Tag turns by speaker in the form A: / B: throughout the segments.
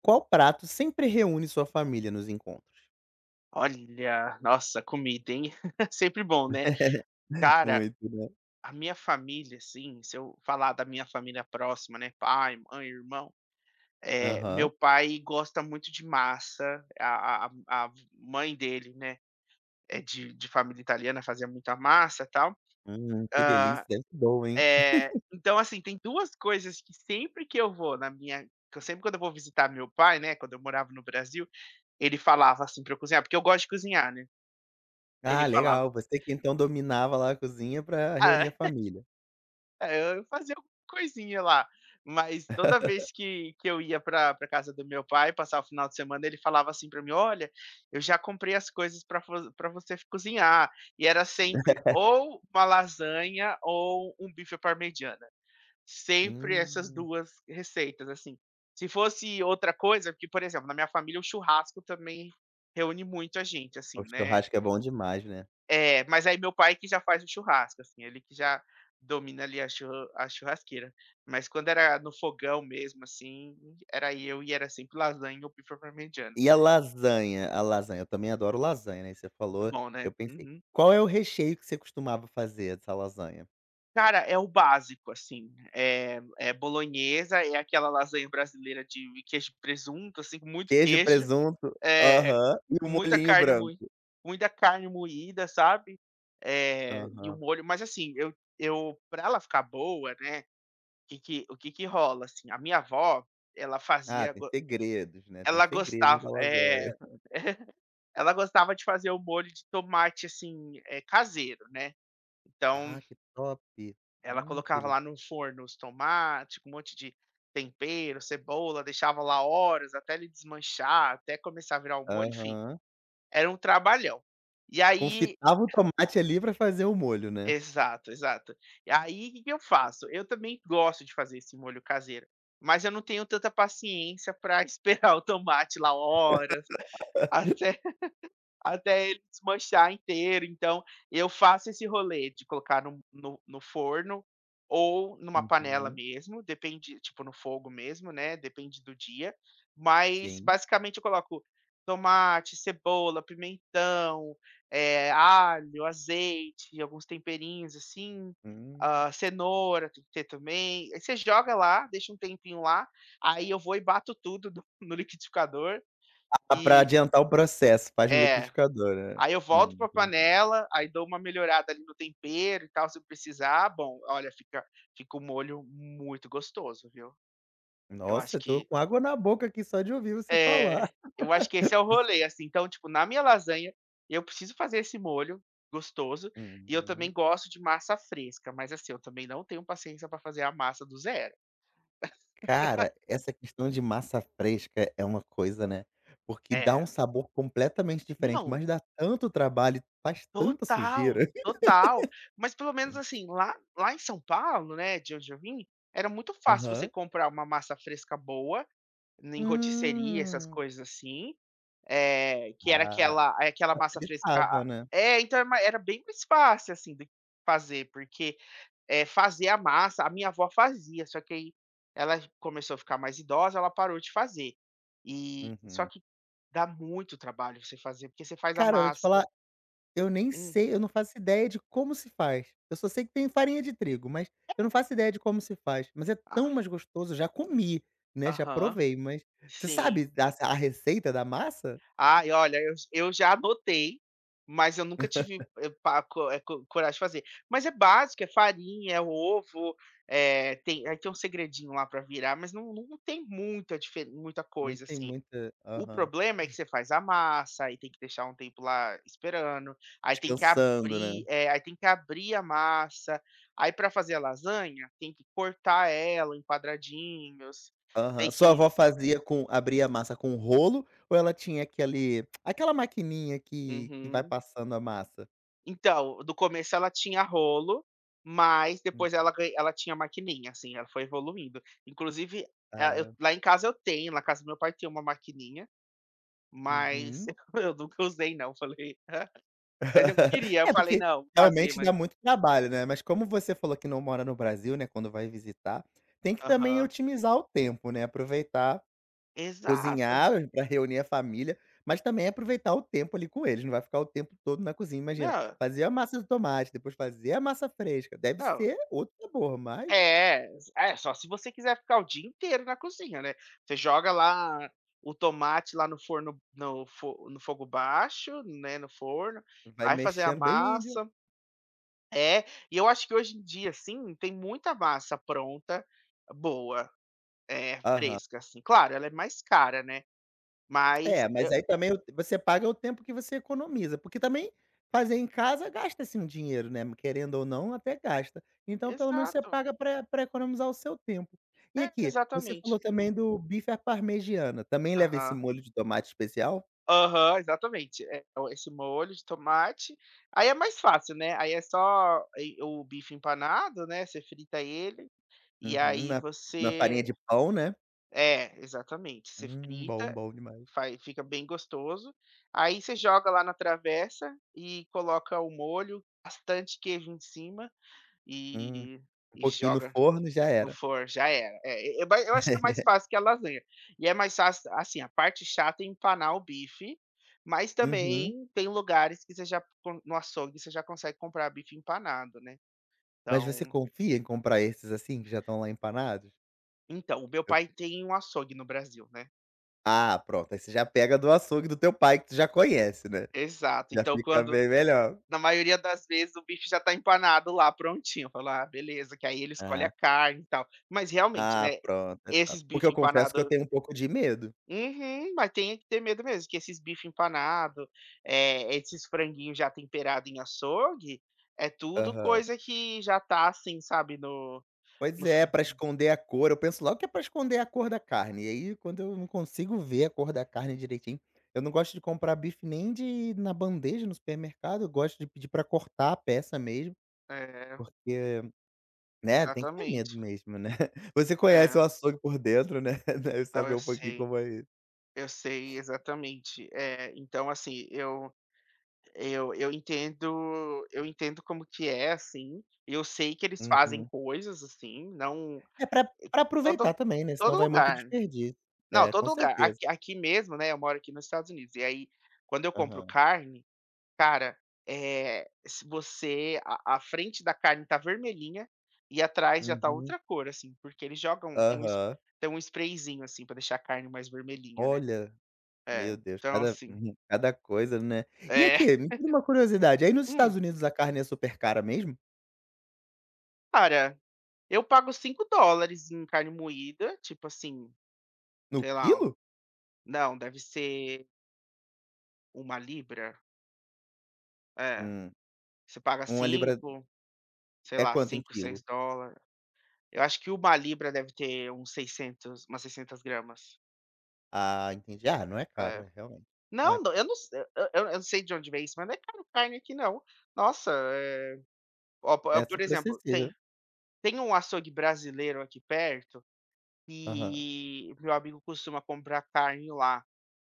A: Qual prato sempre reúne sua família nos encontros?
B: Olha, nossa, comida, hein? Sempre bom, né? Cara,
A: Muito, né.
B: a minha família, assim, se eu falar da minha família próxima, né? Pai, mãe, irmão. É, meu
A: Aham.
B: pai gosta muito de massa, a mãe dele, né? É de família italiana, fazia muita massa e tal.
A: Que
B: Ah,
A: delícia, deve ser bom, hein.
B: é, então, assim, tem duas coisas que sempre que eu vou na minha. Que eu sempre quando eu vou visitar meu pai, né? Quando eu morava no Brasil, ele falava assim pra eu cozinhar, porque eu gosto de cozinhar, né? Ele
A: Ah, legal,
B: falava.
A: você que então dominava lá a cozinha pra reunir a família.
B: É, eu fazia alguma coisinha lá, mas toda vez que eu ia pra casa do meu pai passar o final de semana, ele falava assim pra mim: "Olha, eu já comprei as coisas pra você cozinhar", e era sempre ou uma lasanha ou um bife à parmegiana, sempre essas
A: Hum,
B: 2 receitas, assim. Se fosse outra coisa porque, por exemplo, na minha família o churrasco também reúne muito a gente,
A: o
B: assim, né,
A: churrasco é bom demais, né.
B: é, mas aí meu pai que já faz o churrasco, assim, ele que já domina ali a churrasqueira. Mas quando era no fogão mesmo, assim, era eu e era sempre lasanha ou bife parmegiana.
A: E a lasanha? A lasanha, eu também adoro lasanha, né, você
B: Muito
A: falou,
B: bom, né?
A: eu pensei,
B: Uhum.
A: qual é o recheio que você costumava fazer dessa lasanha?
B: Cara, é o básico, assim, é bolonhesa, é aquela lasanha brasileira de queijo e presunto, assim, com muito
A: Queijo,
B: queijo,
A: presunto,
B: é,
A: aham, e o
B: com muita
A: molhinho
B: carne mui
A: branco.
B: muita carne moída, sabe, e o
A: Aham.
B: molho mas assim, eu pra ela ficar boa, né. Que o que que rola, assim, a minha avó, ela
A: Ah,
B: fazia
A: tem
B: go
A: segredos, né, tem
B: ela
A: segredos
B: gostava,
A: da lasanha.
B: ela gostava de fazer o molho de tomate, assim, caseiro, né. Então,
A: Ah, que top.
B: ela
A: Que
B: colocava lá
A: delícia.
B: no forno os tomates com um monte de tempero, cebola, deixava lá horas até ele desmanchar, até começar a virar o molho, enfim,
A: Aham.
B: era um trabalhão. E aí
A: Confitava o tomate ali pra fazer o molho, né?
B: exato, exato. E aí, o que que eu faço? Eu também gosto de fazer esse molho caseiro, mas eu não tenho tanta paciência para esperar o tomate lá horas, até até ele desmanchar inteiro. Então, eu faço esse rolê de colocar no forno ou numa panela
A: Uhum,
B: mesmo, depende tipo, no fogo mesmo, né, depende do dia. Mas,
A: sim.
B: basicamente, eu coloco tomate, cebola, pimentão, alho, azeite, alguns temperinhos, assim,
A: Hum.
B: cenoura tem que ter também. Aí você joga lá, deixa um tempinho lá, aí eu vou e bato tudo no no liquidificador
A: Ah, pra
B: e
A: adiantar o processo, faz no
B: é.
A: liquidificador, né?
B: Aí eu volto
A: Hum.
B: para a
A: Entendi.
B: panela, aí dou uma melhorada ali no tempero e tal, se precisar. Bom, olha, fica um molho muito gostoso, viu. Eu acho
A: Nossa, eu tô
B: que
A: com água na boca aqui só de ouvir você falar.
B: é, eu acho que esse é o rolê, assim. Então, tipo, na minha lasanha, eu preciso fazer esse molho gostoso e eu também
A: Uhum.
B: gosto de massa fresca, mas, assim, eu também não tenho paciência para fazer a massa do zero.
A: Cara, essa questão de massa fresca é uma coisa, né? Porque dá
B: É.
A: um sabor completamente diferente,
B: Não,
A: mas dá tanto trabalho, faz tanta
B: total,
A: sujeira.
B: total. Mas pelo menos, assim, lá em São Paulo, né, de onde eu vim, era muito fácil você
A: Aham.
B: comprar uma massa fresca boa em rotisserie, essas
A: Hum.
B: coisas assim, que era
A: Ah.
B: aquela massa fresca
A: Facilitava,
B: a
A: né.
B: é, então é ma era bem mais fácil, assim, de fazer, porque, fazer a massa a minha avó fazia, só que aí ela começou a ficar mais idosa, ela parou de fazer. E só
A: Uhum.
B: que dá muito trabalho você fazer, porque você faz a
A: Cara, eu vou te
B: massa.
A: falar, eu nem
B: Hum,
A: sei, eu não faço ideia de como se faz. Eu só sei que tem farinha de trigo, mas eu não faço ideia de como se faz. Mas é
B: a
A: tão mais gostoso, eu já comi, né, já
B: aham,
A: provei, mas você
B: sim.
A: sabe da a receita da massa?
B: Ai, olha, eu já anotei, mas eu nunca tive, pa co eh, co coragem de fazer. Mas é básico, é farinha, é ovo, tem aí tem um segredinho lá para virar, mas não tem muita
A: Não
B: coisa,
A: tem
B: assim.
A: muita,
B: O
A: aham.
B: problema é que você faz a massa, aí tem que deixar um tempo lá esperando, aí tem que
A: Descansando, né.
B: abrir, aí tem que abrir a massa, aí para fazer a lasanha, tem que cortar ela em quadradinhos, tem
A: Aham. Sua
B: que
A: avó fazia com abria a massa com rolo ou ela tinha aquele aquela maquininha que vai
B: uhum.
A: passando a massa?
B: Então, do começo ela tinha rolo, mas
A: Hum,
B: depois ela tinha maquininha, assim, ela foi evoluindo. Inclusive, ah, eu
A: tá.
B: lá em casa eu tenho, na casa do meu pai tem uma maquininha, mas
A: Uhum.
B: eu nunca usei não, falei mas eu queria, eu
A: É,
B: falei:
A: porque
B: "Não, vou fazer",
A: realmente
B: mas
A: dá muito trabalho, né, mas como você falou que não mora no Brasil, né, quando vai visitar, tem que também
B: aham.
A: otimizar o tempo, né, aproveitar,
B: Exato.
A: cozinhar para reunir a família, mas também aproveitar o tempo ali com eles, não vai ficar o tempo todo na cozinha, imagina,
B: Não,
A: fazer a massa do tomate, depois fazer a massa fresca, deve
B: não.
A: ser outro sabor, mas
B: É, é, só se você quiser ficar o dia inteiro na cozinha, né. Você joga lá o tomate lá no forno no fogo baixo, né, no forno,
A: vai
B: vai fazer a
A: mexendo bem de,
B: massa, é, e eu acho que hoje em dia, assim, tem muita massa pronta, boa, é,
A: aham.
B: fresca, assim. Claro, ela é mais cara, né, mas
A: É, mas
B: eu
A: aí também o você paga o tempo que você economiza, porque também fazer em casa gasta-se um dinheiro, né, querendo ou não, até gasta. Então pelo menos você
B: exato.
A: paga para pra economizar o seu tempo. E
B: É,
A: aqui, você falou
B: exatamente.
A: também do bife à parmegiana, também leva esse
B: Aham.
A: molho de tomate especial?
B: Aham, exatamente. É, o esse molho de tomate, aí é mais fácil, né, aí é só e o bife empanado, né, você frita ele, e
A: Uhum,
B: aí
A: na farinha
B: você
A: de pão, né.
B: é, exatamente, você
A: Bom,
B: frita
A: bom demais.
B: faz fica bem gostoso. Aí você joga lá na travessa e coloca o molho, bastante queijo em cima
A: Hum,
B: e
A: Um
B: e
A: pouquinho no
B: joga
A: forno já
B: no
A: era.
B: forno, já era. É, eu acho que é mais fácil que a lasanha. E é mais fácil assim, a parte chata é empanar o bife, mas
A: Uhum.
B: também tem lugares que você já com no açougue você já consegue comprar bife empanado, né.
A: Mas você
B: Então
A: confia em comprar esses, assim, que já estão lá empanados?
B: então, o meu pai tem um açougue no Brasil, né.
A: Ah, pronto, aí você já pega do açougue do teu pai que tu já conhece, né,
B: Exato.
A: já
B: Então
A: fica
B: quando
A: bem melhor.
B: na maioria das vezes o bife já tá empanado lá, prontinho. Eu falo: "Ah, beleza", que aí ele escolhe a
A: Ah.
B: carne e tal. Mas realmente,
A: Ah,
B: né,
A: pronto, é top.
B: esses
A: Porque eu
B: bife
A: confesso que eu
B: empanado
A: tenho um pouco de medo.
B: uhum, mas tem que ter medo mesmo, que esses bife empanado, esses franguinhos já temperado em açougue, é tudo
A: Aham.
B: coisa que já tá assim, sabe, no
A: Pois
B: no
A: é,
B: fi
A: pra esconder a cor, eu penso logo que é pra esconder a cor da carne, e aí quando eu não consigo ver a cor da carne direitinho eu não gosto de comprar bife nem de na bandeja no supermercado, eu gosto de pedir pra cortar a peça mesmo,
B: é,
A: porque, né, tem que ter medo
B: exatamente.
A: mesmo, né. Você
B: É,
A: conhece o açougue por dentro, né, deve
B: não,
A: saber um pouquinho como é isso.
B: eu sei, exatamente. É, então assim, eu entendo como que é, assim, eu sei que eles fazem
A: Uhum.
B: coisas, assim, não
A: É pra
B: todo
A: aproveitar também, né, senão
B: todo
A: vai muito
B: lugar, né.
A: desperdício.
B: Não,
A: É, com
B: todo lugar.
A: certeza.
B: Aqui mesmo, né, eu moro aqui nos Estados Unidos, e aí quando eu compro
A: Aham.
B: carne, cara, se você a frente da carne tá vermelhinha e atrás já tá
A: Uhum.
B: outra cor, assim, porque eles jogam
A: Aham.
B: tem um sprayzinho, assim, pra deixar a carne mais vermelhinha, né.
A: Olha,
B: É,
A: meu Deus,
B: então
A: cada,
B: assim
A: uhum, cada coisa, né. E
B: é.
A: aqui, me tira uma curiosidade, aí nos
B: Hum,
A: Estados Unidos a carne é super cara mesmo?
B: cara, eu pago US$ 5 em carne moída, tipo assim,
A: No
B: sei lá,
A: quilo?
B: não, deve ser uma libra. É,
A: Hum,
B: você paga
A: uma libra
B: cinco, sei
A: é
B: lá,
A: quanto em
B: cinco, seis
A: quilo?
B: dólares. Eu acho que uma libra deve ter uns 600, umas 600 gramas.
A: Ah, entendi. Ah, não é caro,
B: É.
A: é, realmente, não
B: Não,
A: é
B: não, eu
A: caro.
B: não se eu eu não sei de onde vem isso, mas não é caro carne aqui não. Nossa, ó, po
A: É
B: por
A: super
B: exemplo,
A: acessível.
B: tem um açougue brasileiro aqui perto.
A: Aham.
B: E meu amigo costuma comprar carne lá.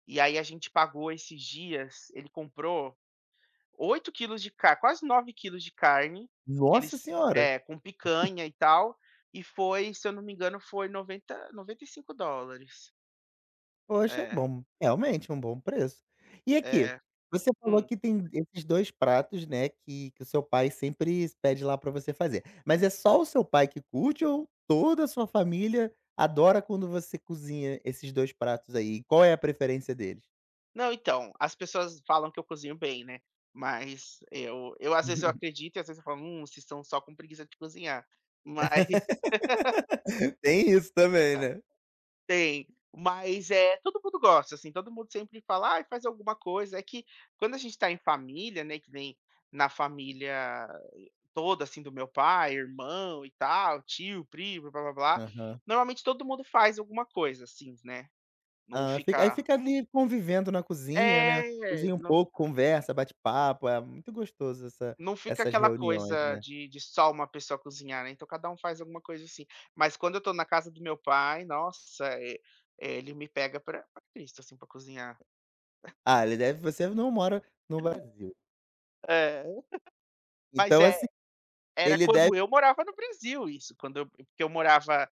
B: E aí a gente pagou esses dias, ele comprou 8 quilos de car quase 9 quilos de carne, que
A: Nossa
B: eles
A: senhora!
B: é, com picanha e tal, e foi, se eu não me engano, foi 90 US$ 95.
A: Poxa,
B: É,
A: bom, realmente um bom preço. E aqui,
B: é.
A: você falou
B: Hum.
A: que tem esses 2 pratos, né, que o seu pai sempre pede lá pra você fazer. Mas é só o seu pai que curte ou toda a sua família adora quando você cozinha esses 2 pratos aí? Qual é a preferência deles?
B: Não, então, as pessoas falam que eu cozinho bem, né, mas eu às vezes eu acredito e às vezes eu falo: vocês estão só com preguiça de cozinhar", mas
A: Tem isso também, né?
B: tem, mas é todo mundo gosta, assim, todo mundo sempre fala: "Ai, faz alguma coisa". É que quando a gente tá em família, né, que nem na família toda, assim, do meu pai, irmão e tal, tio, primo, blá-blá-blá,
A: Aham.
B: normalmente todo mundo faz alguma coisa, assim, né, não
A: Ah,
B: fica
A: fica ali convivendo na cozinha, né,
B: é,
A: cozinha um pouco, conversa, bate papo, é muito gostoso essa,
B: não fica
A: essas
B: aquela
A: reuniões,
B: coisa
A: né.
B: de só uma pessoa cozinhar, né, então cada um faz alguma coisa, assim. Mas quando eu tô na casa do meu pai, nossa, ele me pega pra Cristo, assim, pra cozinhar.
A: Ah, ele deve, você não mora no Brasil.
B: É, mas
A: Então
B: é
A: assim,
B: era
A: ele deve,
B: quando eu morava no Brasil isso, quando eu porque eu morava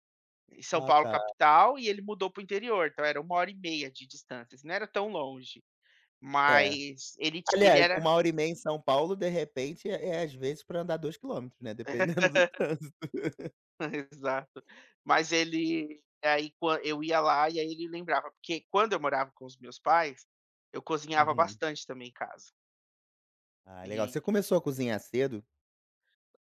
B: em São
A: ah
B: Paulo
A: tá,
B: capital e ele mudou para o interior, então era 1 hora e meia de distância, assim, não era tão longe,
A: é.
B: mas ele
A: Aliás,
B: era
A: 1 hora e meia em São Paulo, de repente, é, às vezes pra andar 2 quilômetros, né, dependendo do trânsito.
B: exato, mas ele aí quan eu ia lá e aí ele lembrava, porque quando eu morava com os meus pais, eu cozinhava
A: Uhum.
B: bastante também em casa.
A: Ah, legal. Você começou a cozinhar cedo?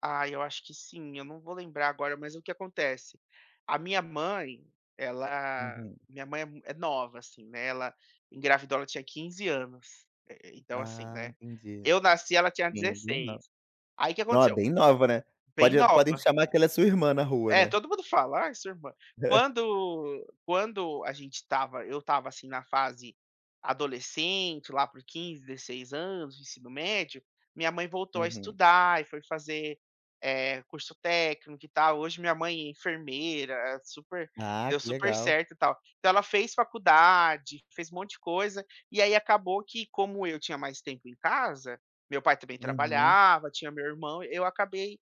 B: Ah, eu acho que sim, eu não vou lembrar agora, mas o que acontece? A minha mãe, ela
A: Uhum.
B: minha mãe é mu é nova, assim, né, ela engravidou, ela tinha 15 anos, então assim,
A: Ah,
B: né,
A: entendi.
B: eu nasci, ela tinha
A: Sim, bem nova.
B: 16. Aí o que
A: No,
B: aconteceu?
A: bem nova, né.
B: Bem
A: Pode, podem
B: nova.
A: chamar que ela é sua irmã na rua,
B: É,
A: né.
B: todo mundo fala: "Ai, sua irmã". Quando quando a gente tava, eu tava assim, na fase adolescente, lá por 15, 16 anos, ensino médio, minha mãe voltou a
A: Uhum.
B: estudar e foi fazer, eh, curso técnico e tal. Hoje minha mãe é enfermeira, é super
A: Ah,
B: deu
A: que
B: super
A: legal.
B: certo e tal. Então ela fez faculdade, fez um monte de coisa, e aí acabou que como eu tinha mais tempo em casa, meu pai também
A: Uhum.
B: trabalhava, tinha meu irmão, eu acabei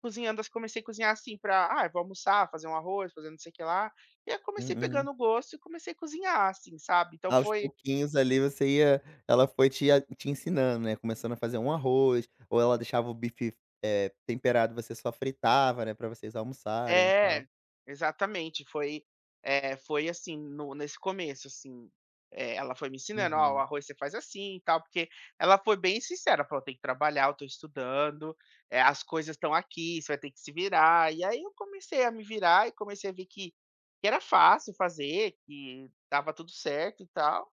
B: cozinhando, assim, comecei a cozinhar, assim, para, "ah, eu vou almoçar, fazer um arroz, fazer não sei o que lá", e eu comecei
A: Uhum.
B: pegando o gosto e comecei a cozinhar, assim, sabe. Então
A: Aos
B: foi
A: pouquinhos ali você ia, ela foi te a te ensinando, né, começando a fazer um arroz, ou ela deixava o bife, temperado, você só fritava, né, pra vocês almoçarem e
B: é,
A: tal.
B: exatamente, foi, foi assim, no nesse começo, assim, ela foi me ensinando: "Ó, o
A: Uhum,
B: arroz você faz assim e tal", porque ela foi bem sincera, falou: "Tem que trabalhar, eu tô estudando, as coisas estão aqui, você vai ter que se virar", e aí eu comecei a me virar e comecei a ver que era fácil fazer, que dava tudo certo e tal.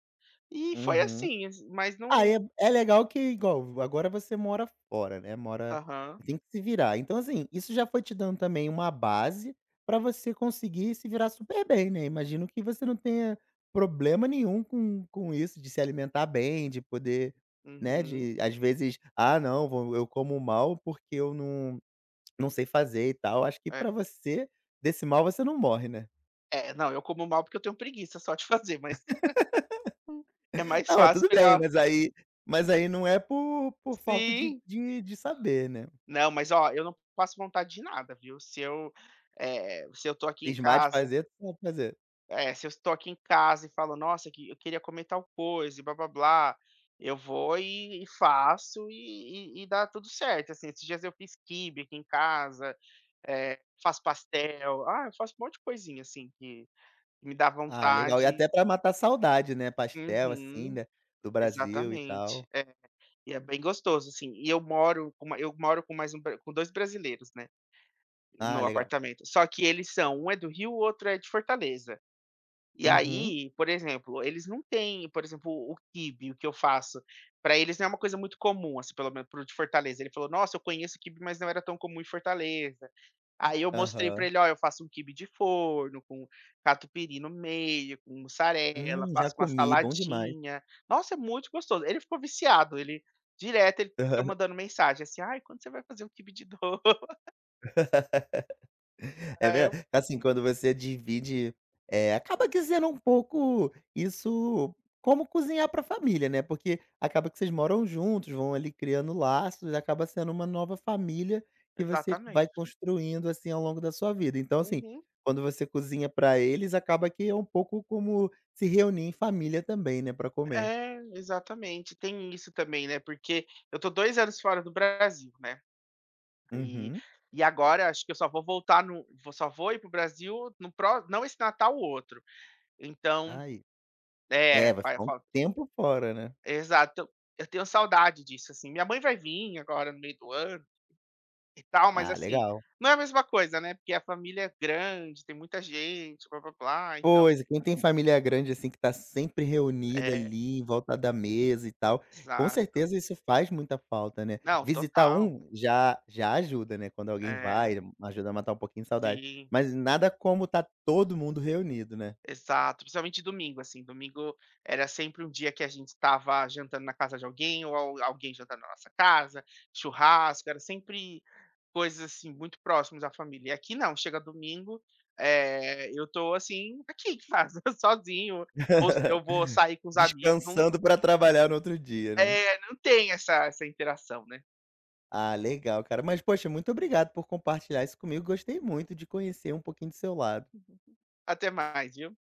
B: E foi
A: uhum.
B: assim, ass mas
A: Ah,
B: não
A: é é legal que igual, agora você mora fora, né, mora,
B: aham,
A: tem que se virar. Então, assim, isso já foi te dando também uma base pra você conseguir se virar super bem, né. Imagino que você não tenha problema nenhum com isso, de se alimentar bem, de poder, né,
B: uhum,
A: de às vezes: "Ah, não, vou, eu como mal porque eu não, não sei fazer e tal". Acho que
B: é.
A: pra você, desse mal você não morre, né.
B: É, não, eu como mal porque eu tenho preguiça só de fazer, mas é mais
A: Não,
B: fácil
A: tudo bem,
B: pegar
A: mas aí não é por falta de
B: sim.
A: de de saber, né.
B: Não, mas ó, eu não passo vontade de nada, viu. Se eu, se eu tô aqui em
A: Cismar de
B: casa
A: fazer, tu sabe fazer.
B: é, se eu estou aqui em casa e falo: "Nossa, que eu queria comer tal coisa e blá-blá-blá", eu vou e faço e dá tudo certo, assim. Esses dias eu fiz quibe aqui em casa, faço pastel. Ah, eu faço um monte de coisinha, assim, que me dá
A: Ah, legal. E
B: vontade
A: até pra matar a saudade, né, pastel, assim,
B: uhum,
A: né, do Brasil e
B: exatamente,
A: tal.
B: é. E é bem gostoso, assim. E eu moro com mais um bra com 2 brasileiros, né,
A: Ah,
B: no
A: legal.
B: apartamento. Só que eles são um é do Rio, o outro é de Fortaleza. E
A: Uhum.
B: aí, por exemplo, eles não têm, por exemplo, o quibe, o que eu faço, pra eles não é uma coisa muito comum, assim, pelo menos para o de Fortaleza. Ele falou: "Nossa, eu conheço o quibe, mas não era tão comum em Fortaleza". Aí eu mostrei pra
A: Aham.
B: ele: "Ó, eu faço um quibe de forno com catupiry no meio, com mussarela,
A: Já
B: faço uma
A: comi, bom demais.
B: saladinha". Nossa, é muito gostoso. Ele ficou viciado, ele direto ele fica mandando mensagem assim: "Ai, quando você vai fazer um quibe de dois?"
A: Aham. É
B: Aí eu
A: verdade. Assim, quando você divide, acaba que sendo um pouco isso, como cozinhar pra família, né, porque acaba que vocês moram juntos, vão ali criando laços, acaba sendo uma nova família que você vai
B: exatamente.
A: construindo, assim, ao longo da sua vida. Então, assim,
B: Uhum.
A: quando você cozinha para eles, acaba que é um pouco como se reunir em família também, né, para comer.
B: É, exatamente. Tem isso também, né, porque eu tô 2 anos fora do Brasil, né, e
A: Uhum.
B: e agora acho que eu só vou voltar no vou só vou ir para o Brasil no pró não esse Natal, o outro. Então
A: Ai. É,
B: é,
A: vai
B: vai
A: ficar um
B: fa
A: tempo fora, né.
B: exato. Eu tenho saudade disso, assim. Minha mãe vai vir agora no meio do ano e tal, mas,
A: Ah,
B: assim,
A: legal.
B: não é a mesma coisa, né, porque a família é grande, tem muita gente, blá-blá-blá, então
A: Pois, quem tem família grande, assim, que tá sempre reunida
B: é,
A: ali em volta da mesa e tal, com
B: exato.
A: certeza isso faz muita falta, né.
B: Não,
A: Visitar
B: total.
A: um já já ajuda, né, quando alguém
B: É,
A: vai, ajuda a matar um pouquinho de saudade,
B: sim.
A: mas nada como tá todo mundo reunido, né,
B: Exato, principalmente domingo, assim, domingo era sempre um dia que a gente estava jantando na casa de alguém ou al alguém jantando na nossa casa, churrasco, era sempre coisas, assim, muito próximas à família. E aqui não, chega domingo, eu estou, assim, aqui em casa, sozinho, ou se eu vou sair com os amigos, não
A: descansando pra trabalhar no outro dia, né.
B: é, não tem essa interação, né.
A: Ah, legal, cara. Mas, poxa, muito obrigado por compartilhar isso comigo, gostei muito de conhecer um pouquinho do seu lado.
B: Até mais, viu.